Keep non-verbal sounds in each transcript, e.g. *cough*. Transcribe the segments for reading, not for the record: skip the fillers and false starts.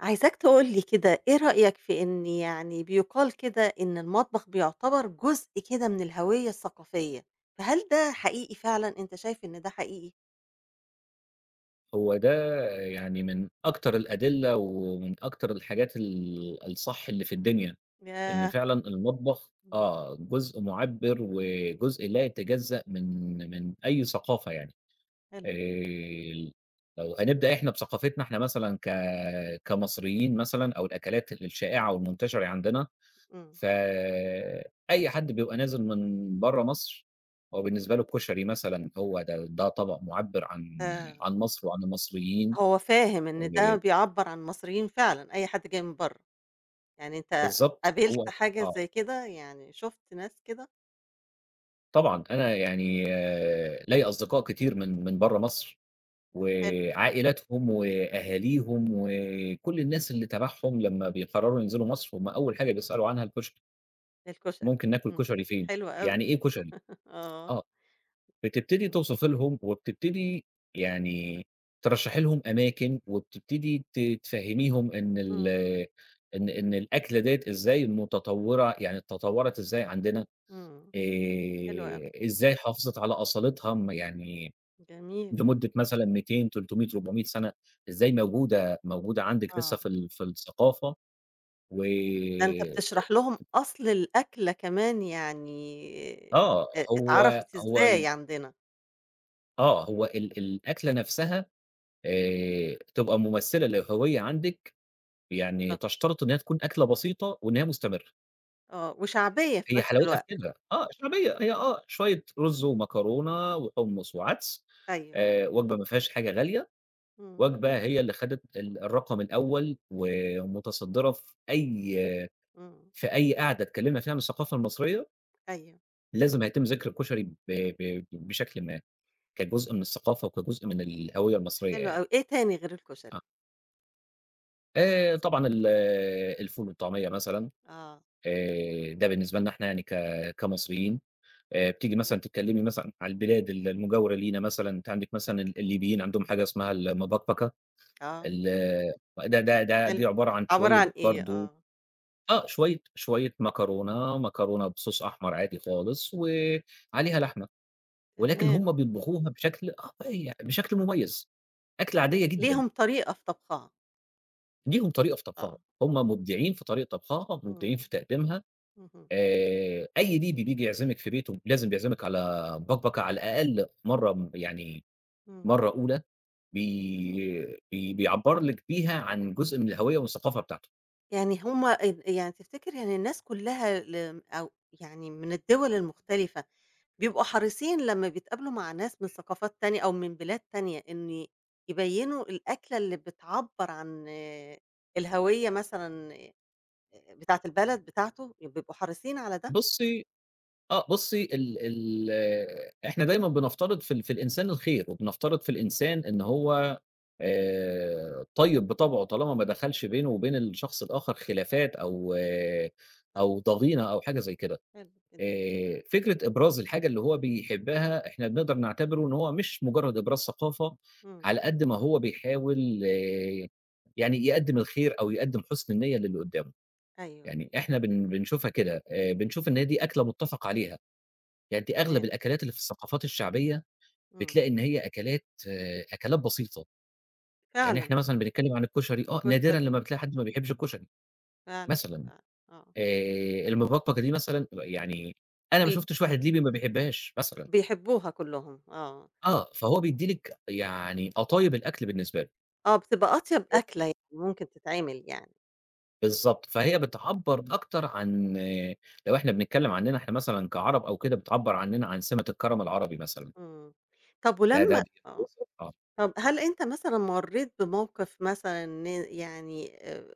عايزاك تقول لي كده إيه رأيك في إن يعني بيُقال كده إن المطبخ بيعتبر جزء كده من الهوية الثقافية، فهل ده حقيقي فعلًا، أنت شايف إن ده حقيقي؟ هو ده يعني من أكتر الأدلة ومن أكتر الحاجات الصح اللي في الدنيا، إن ياه! فعلًا المطبخ إمم، آه، جزء مُعبّر وجزء لا يتجزأ من أي ثقافة يعني. آآ حلو. لو هنبدأ إحنا بثقافتنا إحنا مثلًا كمصريين مثلًا أو الأكلات الشائعة والمنتشرة عندنا، إمم، فأي حد بيبقى نازل من برّه مصر، هو بالنسبة له الكشري مثلًا هو ده طبق مُعبّر عن آآ، عن مصر وعن المصريين هو فاهم و إن ده بيعبّر عن المصريين فعلًا، أي حد جاي من برّه، يعني أنت بالضبط، قابلت هو حاجة آه، زي كده، يعني شُفت ناس كده؟ طبعًا أنا يعني، ليّا أصدقاء كتير من برّه مصر، حلو، وعائلاتهم وأهاليهم وكل الناس اللي تبعهم لمّا بيقرروا ينزلوا مصر، هم أول حاجة بيسألوا عنها الكشري، الكشري، ممكن ناكل إمم، كشري فين؟ حلو أوي، يعني إيه كشري؟ *laughs* آه، آه، بتبتدي إمم. توصف لهم وبتبتدي يعني ترشّحي لهم أماكن، وبتبتدي تفهّميهم إن ال إمم، إن إن الأكلة ديّة إزاي متطوّرة، يعني تطوّرت إزاي عندنا. إمم، حلو أوي، إزاي حافظت على أصالتها يعني جميل، لمدة مثلًا 200، 300، 400 سَنة، إزاي موجودة عندِك لسه آه. في الثقافة و ده أنت بتشرح لهم أصل الأكلة كمان يعني آه، هو اتعرفت هو ال إزاي عندنا، آه، هو ال الأكلة نَفْسها تبقى مُمثِّلة للهوية عندِك، يعني بالضبط، تشترط إن هي تكون أكلة بسيطة وإن هي مستمرة، آه، وشعبية في هي نفس حلاوتها في الوقت، كده، شعبية هي، شوية رُز ومكرونة وحُمُّص وعدس، أيوه، وجبة ما فيهاش حاجة غالية إمم، وجبة هي اللي خدت الرقم الأول ومتصدرة في أي إمم، في أي قعدة اتكلمنا فيها عن الثقافة المصرية، أيوه، لازم هيتم ذكر الكشري ب ب بشكل ما، كجزء من الثقافة وكجزء من الهوية المصرية حلو يعني، أوي، إيه تاني غير الكشري؟ آه. طبعًا الفول والطعمية مثلًا، آه، ده بالنسبة لنا إحنا يعني كمصريين، بتيجي مثلًا تمام، تتكلمي مثلًا على البلاد المجاورة لينا مثلًا، أنتِ عندِك مثلًا الليبيين عندهم حاجة اسمها المبكبكة، آه، ال ده ده ده حلو، دي عبارة عن عبارة عن شوية إيه؟ برضه آه، آه، شوية شوية مكرونة، مكرونة بSauce أحمر عادي خالص وعليها لحمة، ولكن تمام، هم بيطبخوها بشكل آه، ي بشكل مميز، أكلة عادية جدًا، ليهم طريقة في طبخها، ليهم طريقة في آه، طبخها، هم آه، مبدعين في طريقة طبخها، إمم، مبدعين في تقديمها، اهم، أي ليبي بييجي يعزمِك في بيته لازم بيعزمِك على بكبكة على الأقل مرة م يعني إمم، مرة أولى بي بي بيعبّر لِك بيها عن جزء من الهوية والثقافة بتاعته. يعني هُم يعني تفتكر يعني الناس كلها أو يعني من الدول المختلفة بيبقوا حريصين لمّا بيتقابلوا مع ناس من ثقافات تانية أو من بلاد تانية إن يبيّنوا الأكلة اللي بتعبّر عن الهوية مثلًا بتاعة البلد بتاعته، بيبقوا حريصين على ده؟ بُصي آه، بُصّي ال ال إحنا دايمًا بنفترض في الإنسان الخير، وبنفترض في الإنسان إن هو، طيب بطبعه طالما ما دخلش بينه وبين الشخص الآخر خلافات أو آه، صح، أو ضغينة أو حاجة زي كده. حلو كده، فكرة إبراز الحاجة اللي هو بيحبها إحنا بنقدر نعتبره إن هو مش مجرد إبراز ثقافة، إمم، على قد ما هو بيحاول، يعني يقدّم الخير أو يقدّم حُسن النية للي قدّامه، أيوه، يعني أيوه، إحنا بنشوفها كده، بنشوف إن هي دي أكلة مُتّفق عليها. يعني أنتِ أغلب تمام، الأكلات اللي في الثقافات الشعبية، إمم، بتلاقي إن هي أكلات بسيطة، يعني فعلًا إحنا مثلًا بنتكلم عن الكشري، نادرًا كشري لمّا بتلاقي حد ما بيحبش الكشري، فعلًا، مثلًا فعلًا، آه، آآ، المبكبكة دي مثلًا يعني أنا ما ال شُفتش واحد ليبي ما بيحبهاش مثلًا، بيحبوها كلّهم، آه، فهو بيدّي لِك يعني قطايب الأكل بالنسبة له، آه، بتبقى أطيب أكلة يعني ممكن تتعمل يعني، بالضبط، فهي بتعبّر أكتر عن، لو إحنا بنتكلم عننا إحنا مثلًا كعرب أو كده، بتعبّر عننا عن سمة الكرم العربي مثلًا، إمم، طب ده ده ولمّا آه. بيوصف- آه. طب هل أنت مثلًا مرّيت بموقف مثلًا إن يعني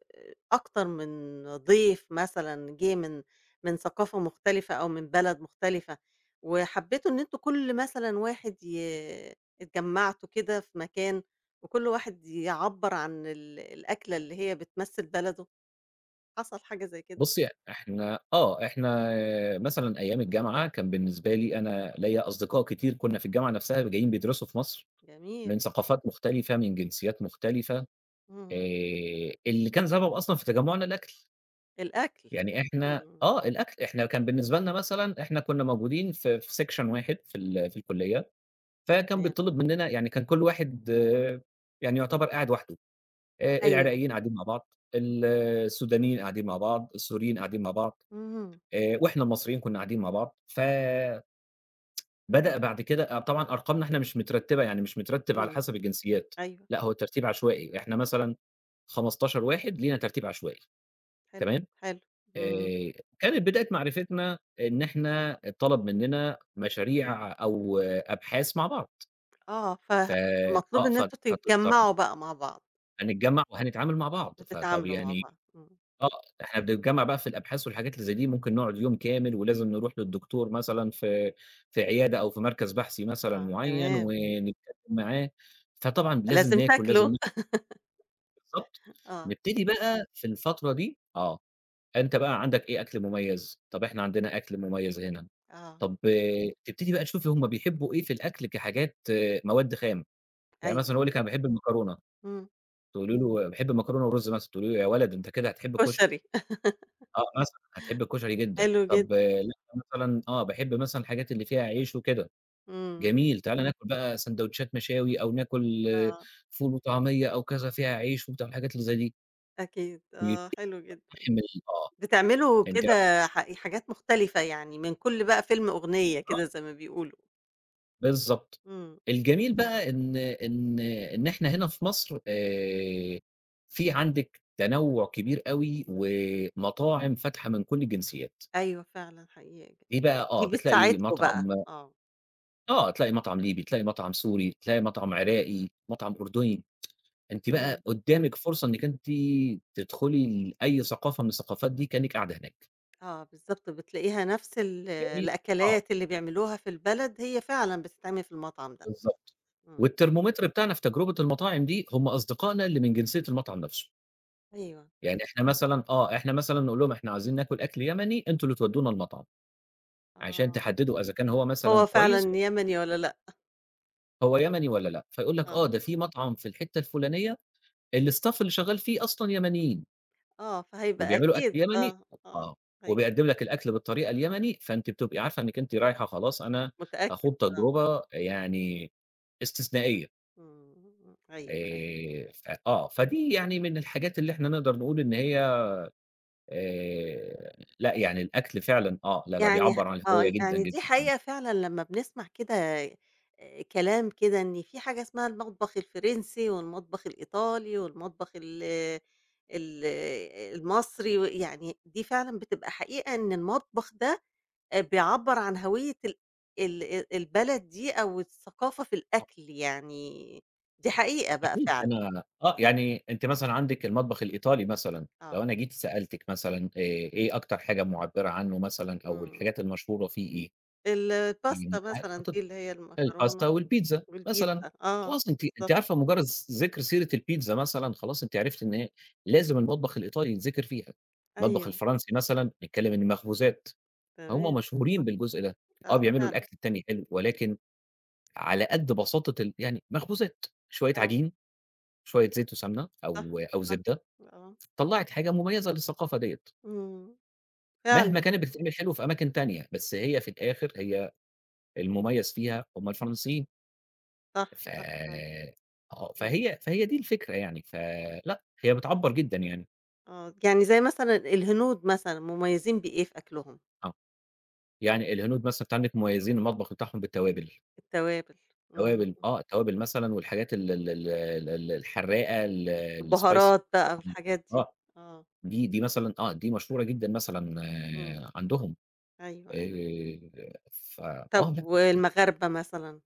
أكتر من ضيف مثلًا جِه من ثقافة مختلفة أو من بلد مختلفة، وحبيتوا إن أنتم كل مثلًا واحد اتجمّعتوا كده في مكان، وكل واحد يعبّر عن الأكلة اللي هي بتمثّل بلده؟ حصل حاجة زي كده؟ بُصّي، إحنا مثلًا أيام الجامعة كان بالنسبة لي أنا ليّا أصدقاء كتير كنا في الجامعة نفسها جايين بيدرسوا في مصر، جميل، من ثقافات مختلفة، من جنسيات مختلفة، إمم، اللي كان سبب أصلًا في تجمُّعنا الأكل، الأكل، يعني إحنا إمم، آه، الأكل، إحنا كان بالنسبة لنا مثلًا إحنا كنا موجودين في section واحد في الكلية، فكان تمام، بيتطلب مننا يعني كان كل واحد، يعني يعتبر قاعد وحده. أيوه، العراقيين قاعدين مع بعض، ال السودانيين قاعدين مع بعض، السوريين قاعدين مع بعض. اهم، وإحنا المصريين كُنّا قاعدين مع بعض، فبدأ بعد كده. طبعًا أرقامنا إحنا مش مترتّبة، يعني مش مترتّب على إمم، حسب الجنسيات، أيوه، لأ هو الترتيب عشوائي، إحنا مثلًا 15 واحد لينا ترتيب عشوائي حلو، تمام. حلو، إمم. آآ كانت بداية معرفتنا إن إحنا اتطلب مننا مشاريع أو أبحاث مع بعض، آه، ف فمطلوب آه، إن ف أنتم فت طب تتجمّعوا بقى مع بعض، هنتجمّع وهنتعامل مع بعض، فطب وتتعاملوا مع يعني بعض، إمم، آه، إحنا بنتجمّع بقى في الأبحاث والحاجات اللي زي دي، ممكن نقعد يوم كامل ولازم نروح للدكتور مثلًا في عيادة أو في مركز بحثي مثلًا آه، معيّن تمام، ونتكلم معاه، فطبعًا لازم لازم ناكل، لازم تاكلوا نشرب *laughs* بالضبط. آه، نبتدي بقى في الفترة دي، أنت بقى عندك إيه أكل مميز؟ طَب إحنا عندنا أكل مميز هنا، آه، طَب تبتدي بقى تشوفي هم بيحبّوا إيه في الأكل كحاجات مواد خام، يعني مثلًا أيوه، هو يقول لِك أنا باحب المكرونة، إمم، تقولي له باحب المكرونة والرز مثلًا، تقولي له يا ولد أنت كده هتحب الكشري. كشري *laughs* مثلًا هتحب الكشري جدًا، حلو طب جدًا، لأ مثلًا، باحب مثلًا الحاجات اللي فيها عيش وكده، إمم، جميل، تعالَ ناكل بقى سندوتشات مشاوي أو ناكل آه، فول وطعمية أو كذا فيها عيش وبتاع الحاجات اللي زي دي، أكيد، آه، ويبتدي حلو جدًا، يقتحم ال آه، بتعملوا أنتِ كده عارفة حاجات مختلفة يعني من كل بقى فيلم أغنية آه، كده زي ما بيقولوا، بالضبط. إمم، الجميل بقى إن إحنا هنا في مصر، في عندِك تنوع كبير أوي ومطاعم فاتحة من كل الجنسيات، أيوه فعلًا حقيقة، دي بقى، دي بتلاقي بتساعدكم بقى، مطعم آه، آه، تلاقي مطعم ليبي، تلاقي مطعم سوري، تلاقي مطعم عراقي، مطعم أردني، أنتِ إمم. بقى قدّامِك فرصة إنِّك أنتِ تدخلي لأي ثقافة من الثقافات دي كإنِّك قاعدة هناك، آه، بالضبط، بتلاقيها نفس ال جميل، آه، الأكلات اللي بيعملوها في البلد هي فعلًا بتتعمل في المطعم ده، بالضبط، إمم، والترمومتر بتاعنا في تجربة المطاعم دي هم أصدقائنا اللي من جنسية المطعم نفسه، أيوه، يعني إحنا مثلًا نقول لهم إحنا عايزين ناكل أكل يمني، أنتم اللي تودونا المطعم، عشان آه، تحددوا إذا كان هو هو مثلًا كويس، فعلًا يمني والّا لأ؟ هو يمني والّا لأ، فيقول لك، آه، ده في مطعم في الحتة الفلانية الstaff اللي شغال فيه أصلًا يمنيين. آه، فهيبقى وبيعملوا أكل أكيد يمني آه، آه، آه، هي وبيقدّم لك الأكل بالطريقة اليمني، فأنتِ بتبقي عارفة إنِّك أنتِ رايحة خلاص أنا متأكد هاخوض آه، تجربة إمم، يعني استثنائية. إمم، إمم، إمم، أيوه، أيوه. ف آه، فدي يعني من الحاجات اللي إحنا نقدر نقول إن هي آآ، لأ يعني الأكل فعلًا، لا، لا يعني بيعبّر عن الهوية آه، جدًا، يعني جدًا دي طبعًا. حقيقة فعلًا لمّا بنسمع كده كلام كده إن في حاجة اسمها المطبخ الفرنسي والمطبخ الإيطالي والمطبخ ال ال المصري و يعني دي فعلًا بتبقى حقيقة إن المطبخ ده بيعبّر عن هوية ال ال ال البلد دي أو الثقافة في آه، الأكل يعني دي حقيقة بقى أكيد فعلًا، أنا، إمم، يعني أنتِ مثلًا عندِك المطبخ الإيطالي مثلًا، لو آه، أنا جيت سألتِك مثلًا، إيه أكتر حاجة مُعبّرة عنه مثلًا أو إمم، الحاجات المشهورة فيه إيه؟ يعني الباستا ه مثلًا هت دي اللي هي الباستا المكرونة والبيتزا مثلًا، والبيتزا، آه خلاص أنتِ بالضبط، عارفة مجرد ذِكر سيرة البيتزا مثلًا خلاص أنتِ عرفتِ إن هي لازم المطبخ الإيطالي يتذكر فيها، المطبخ أيوه. الفرنسي مثلًا نتكلم إن مخبوزات، هُم تمام، مشهورين بالجزء ده، آه بيعملوا فعلًا، الأكل التاني حلو إمم، ولكن على قد بساطة يعني مخبوزات، شوية آه، عجين، شوية زيت وسمنة صح، أو صح، زبدة، آه، طلّعت حاجة مميزة للثقافة ديّة، إمم، مهما فعلًا كانت بتتعمل حلو في أماكن تانية، بس هي في الآخر هي المميز فيها هُم الفرنسيين. صح، ف صح فعلًا، آه، إمم، فهي فهي دي الفكرة يعني، فلأ، هي بتعبّر جدًا يعني، آه، يعني زي مثلًا الهنود مثلًا مميزين بإيه في أكلهم؟ آه، يعني الهنود مثلًا أنت عندك مميزين المطبخ بتاعهم بالتوابل، التوابل، إمم، توابل آه، التوابل مثلًا والحاجات ال ال ال ال ال الحراقة ال الspicy البهارات بقى مثلًا والحاجات دي، آه، آه، دي مثلًا، دي مشهورة جدًا مثلًا إمم، آه، عندهم أيوه، أيوه، آآ، طب فآه، لأ. والمغاربة مثلًا؟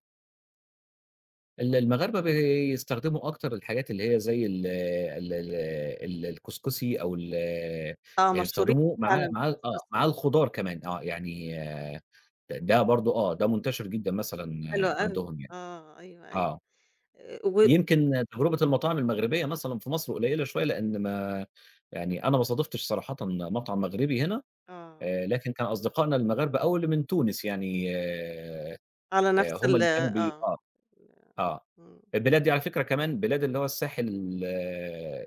المغاربة بيستخدموا أكتر الحاجات اللي هي زي ال ال ال ال الكسكسي أو يعني آه مشهورين بيستخدموه معاه فعلًا معاه آه، بالcouscous معاه يعني، الخضار كمان، يعني د ده ده برضه، ده منتشر جدًا مثلًا حلو آه، أوي، عندهم يعني، آه، أيوه، آه. أيوه، و يمكن تجربة المطاعم المغربية مثلًا في مصر قليلة شوية لإن ما يعني أنا ما صادفتش صراحةً مطعم مغربي هنا، آه، لكن كان أصدقائنا المغاربة أو اللي من تونس يعني على نفس هم ال اللي كانوا بي آه، آه. آه. إمم، البلاد دي على فكرة كمان بلاد اللي هو الساحل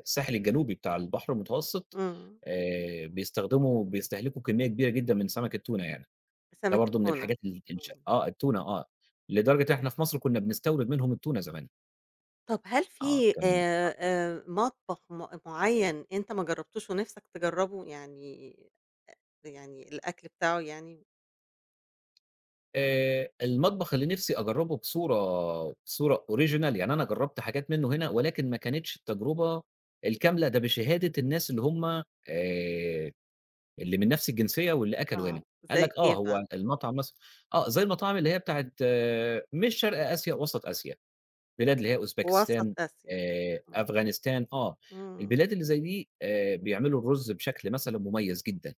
الساحل الجنوبي بتاع البحر المتوسط إمم، بيستهلكوا كمية كبيرة جدًا من سمك التونة يعني، ده سمك برضه من التونة، الحاجات ال الش إمم. آه التونة، لدرجة إحنا في مصر كنا بنستورد منهم التونة زمان. طب هل آه في كان مطبخ معيّن أنت ما جرّبتوش ونِفْسك تجرّبه؟ يعني يعني الأكل بتاعه يعني المطبخ اللي نفسي أجرّبه بصورة original يعني أنا جرّبت حاجات منه هنا ولكن ما كانتش التجربة الكاملة ده بشهادة الناس اللي هم آآ اللي من نفس الجنسية واللي أكلوا هنا، آه، قال زي لك إيه آه، بقى؟ هو آه، المطعم مثلًا، زي المطاعم اللي هي بتاعة مش شرق آسيا، وسط آسيا، بلاد اللي هي وسط أوزبكستان، آسيا. إمم، أفغانستان، إمم، البلاد اللي زي دي، بيعملوا الرز بشكل مثلًا مميز جدًا،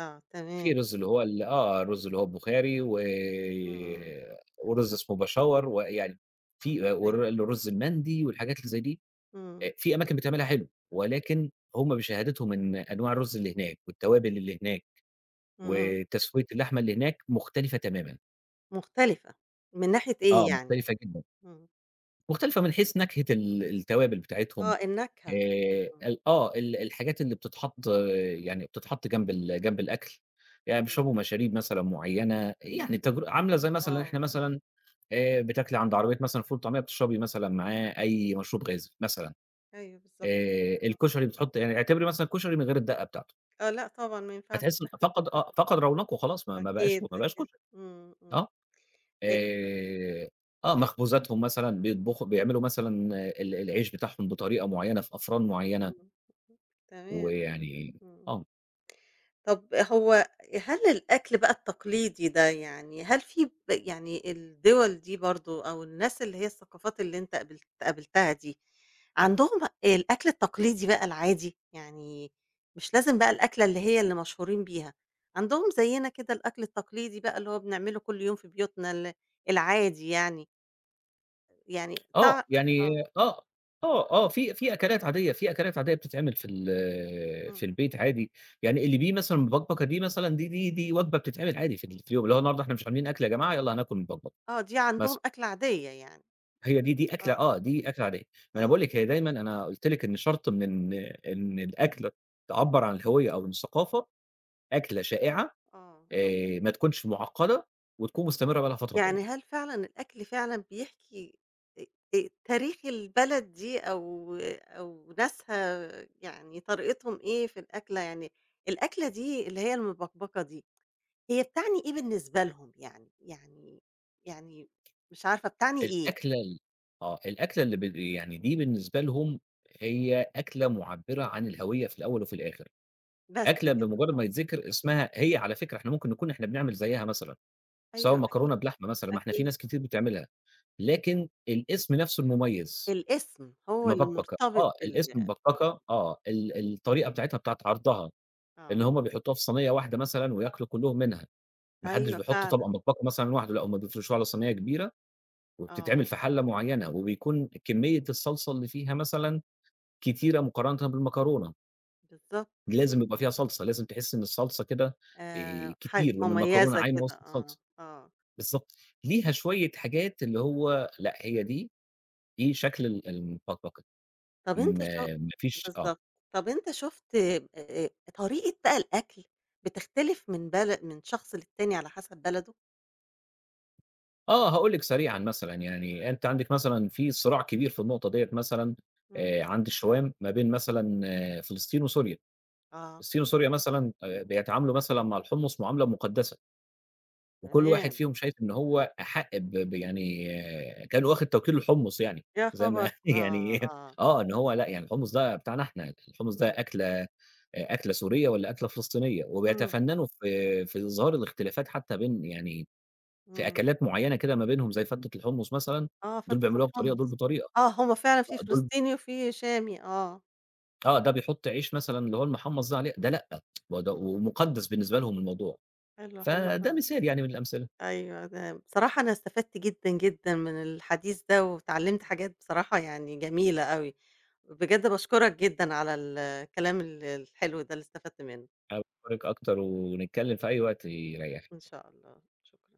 آه في تمام، رز اللي هو ال آه، الرز اللي هو البخاري و إمم، ورز اسمه بشاور، ويعني في آه، ور أيوه، الرز المندي والحاجات اللي زي دي، إمم، في أماكن بتعملها حلو، ولكن هم بشهادتهم إن أنواع الرز اللي هناك والتوابل اللي هناك إمم، وتسوية اللحمة اللي هناك مختلفة تمامًا، مختلفة، من ناحية إيه يعني؟ مختلفة جدًا، إمم، مختلفة من حيث نكهة التوابل بتاعتهم آه النكهة، إمم، ال آه ال الحاجات اللي بتتحط جنب جنب الأكل، يعني إمم، بيشربوا مشاريب مثلًا معيّنة، يعني عاملة زي مثلًا آه، إحنا مثلًا، بتاكلي عند عربية مثلًا فول وطعمية بتشربي مثلًا معاه أي مشروب غازي مثلًا، أيوه بالضبط، إمم، الكشري بتحط يعني اعتبري مثلًا الكشري من غير الدقة بتاعته، آه لأ طبعًا ما ينفعش، هتحسي إن فقد رونقه خلاص ما ما بقاش ما أكيد، بقاش أكيد، كشري. إمم، إمم، آه. أ آآ مخبوزاتهم مثلًا بيعملوا مثلًا العيش بتاعهم بطريقة معيّنة في أفران معيّنة، إمم، تمام، ويعني إمم. آه، طب هل الأكل بقى التقليدي ده يعني هل في يعني الدول دي برضه أو الناس اللي هي الثقافات اللي أنت قابلتها دي، عندهم الأكل التقليدي بقى العادي، يعني مش لازم بقى الأكلة اللي هي اللي مشهورين بيها، عندهم زينا كده الأكل التقليدي بقى اللي هو بنعمله كل يوم في بيوتنا العادي يعني، يعني آه، تع آه، يعني آه، في أكلات عادية، بتتعمل في ال إمم، في البيت عادي، يعني اللي بيه مثلًا مبكبكة دي مثلًا دي وجبة بتتعمل عادي في اليوم، اللي هو النهارده إحنا مش عاملين أكل يا جماعة يالّا هناكل مبكبكة آه دي عندهم مثلًا، أكلة عادية يعني، هي دي دي أكلة آه، آه، دي أكلة عادية، ما أنا آه، باقول لِك هي دايمًا أنا قُلت لِك إن شرط من إن إن الأكلة تعبّر عن الهوية أو الثقافة أكلة شائعة آه، آه. ما تكونش معقّدة وتكون مستمرة بقى لها فترة طويلة. يعني هل فعلًا الأكل فعلًا بيحكي آآ تاريخ البلد دي أو ناسها يعني طريقتهم إيه في الأكلة، يعني الأكلة دي اللي هي المبكبكة دي، هي بتعني إيه بالنسبة لهم يعني يعني مش عارفة بتعني إيه، الأكلة ال آه، الأكلة اللي يعني دي بالنسبة لهم هي أكلة معبّرة عن الهوية في الأول وفي الآخر، بس أكلة كده، بمجرد ما آه. يتذكر اسمها هي على فكرة إحنا ممكن نكون إحنا بنعمل زيّها مثلًا، سواء أيوه أكيد، مكرونة بلحمة مثلًا، ما إحنا في أكيد. ناس كتير بتعملها، لكن الاسم نفسه المميز، الاسم هو اللي المبكبكة، مرتبط آه، بال الاسم آه، مبكبكة، الطريقة بتاعتها بتاعة عرضها، إن آه. هُم بيحطوها في صينية واحدة مثلًا وياكلوا كلّهم منها. ما حدّش أيوه بيحط فعلًا، طبق مطبقة مثلًا لوحده، لأ هُم بيفرشوها على صينية كبيرة وبتتعمل آه، في حلة معيّنة، وبيكون كمية الصلصة اللي فيها مثلًا كتيرة مقارنةً بالمكرونة، بالضبط. لازم يبقى فيها صلصة، لازم تحس إن الصلصة كده حاجة كتير وإن المكرونة مميزة عايمة كده، وسط آه، الصلصة، آه. بالضبط، ليها شوية حاجات اللي هو لأ هي دي، دي شكل المطبقة، طب أنت ما فيش آه، بالضبط. طب أنت شُفت طريقة بقى الأكل بتختلف من شخص للتاني على حسب بلده؟ آه هاقول لِك سريعًا مثلًا يعني أنتِ عندِك مثلًا في صراع كبير في النقطة ديّة مثلًا إمم. عند الشوام ما بين مثلًا فلسطين وسوريا. آه، الصين وسوريا مثلًا بيتعاملوا مثلًا مع الحمُص معاملة مُقدّسة، وكل واحد تمام. فيهم شايف إمم. إن هو أحق ب ب يعني، كأنه واخد توكيل الحمُص يعني، يا زي ما خبر! *laughs* آه، يعني آه. آه، إن هو لأ يعني الحمُص ده بتاعنا إحنا، الحمُص ده إمم. أكلة سورية والّا أكلة فلسطينية، إمم، وبيتفنّنوا في إظهار الاختلافات حتى بين يعني في إمم. أكلات معيّنة كده ما بينهم زي فتّة الحمُص مثلًا، آه، دول فتة بيعملوها بطريقة دول الحمص. بطريقة، آه، هم فعلًا في دول فلسطيني وفي شامي، آه. آه، ده بيحُط عيش مثلًا اللي هو المحمّص ده عليه، ده لأ، وده إمم. ومُقدّس بالنسبة لهم الموضوع. حلو، حلو فده أوي. مثال يعني من الأمثلة، أيوه، ده بصراحة أنا استفدت جدًا، جدًا من الحديث ده، واتعلمت حاجات بصراحة يعني جميلة أوي، بجد باشكرك جدًا على الكلام الحلو ده اللي استفدت منه، أنا باشكرِك أكتر ونتكلم في أي وقت يريحك. إن شاء الله، شكرًا.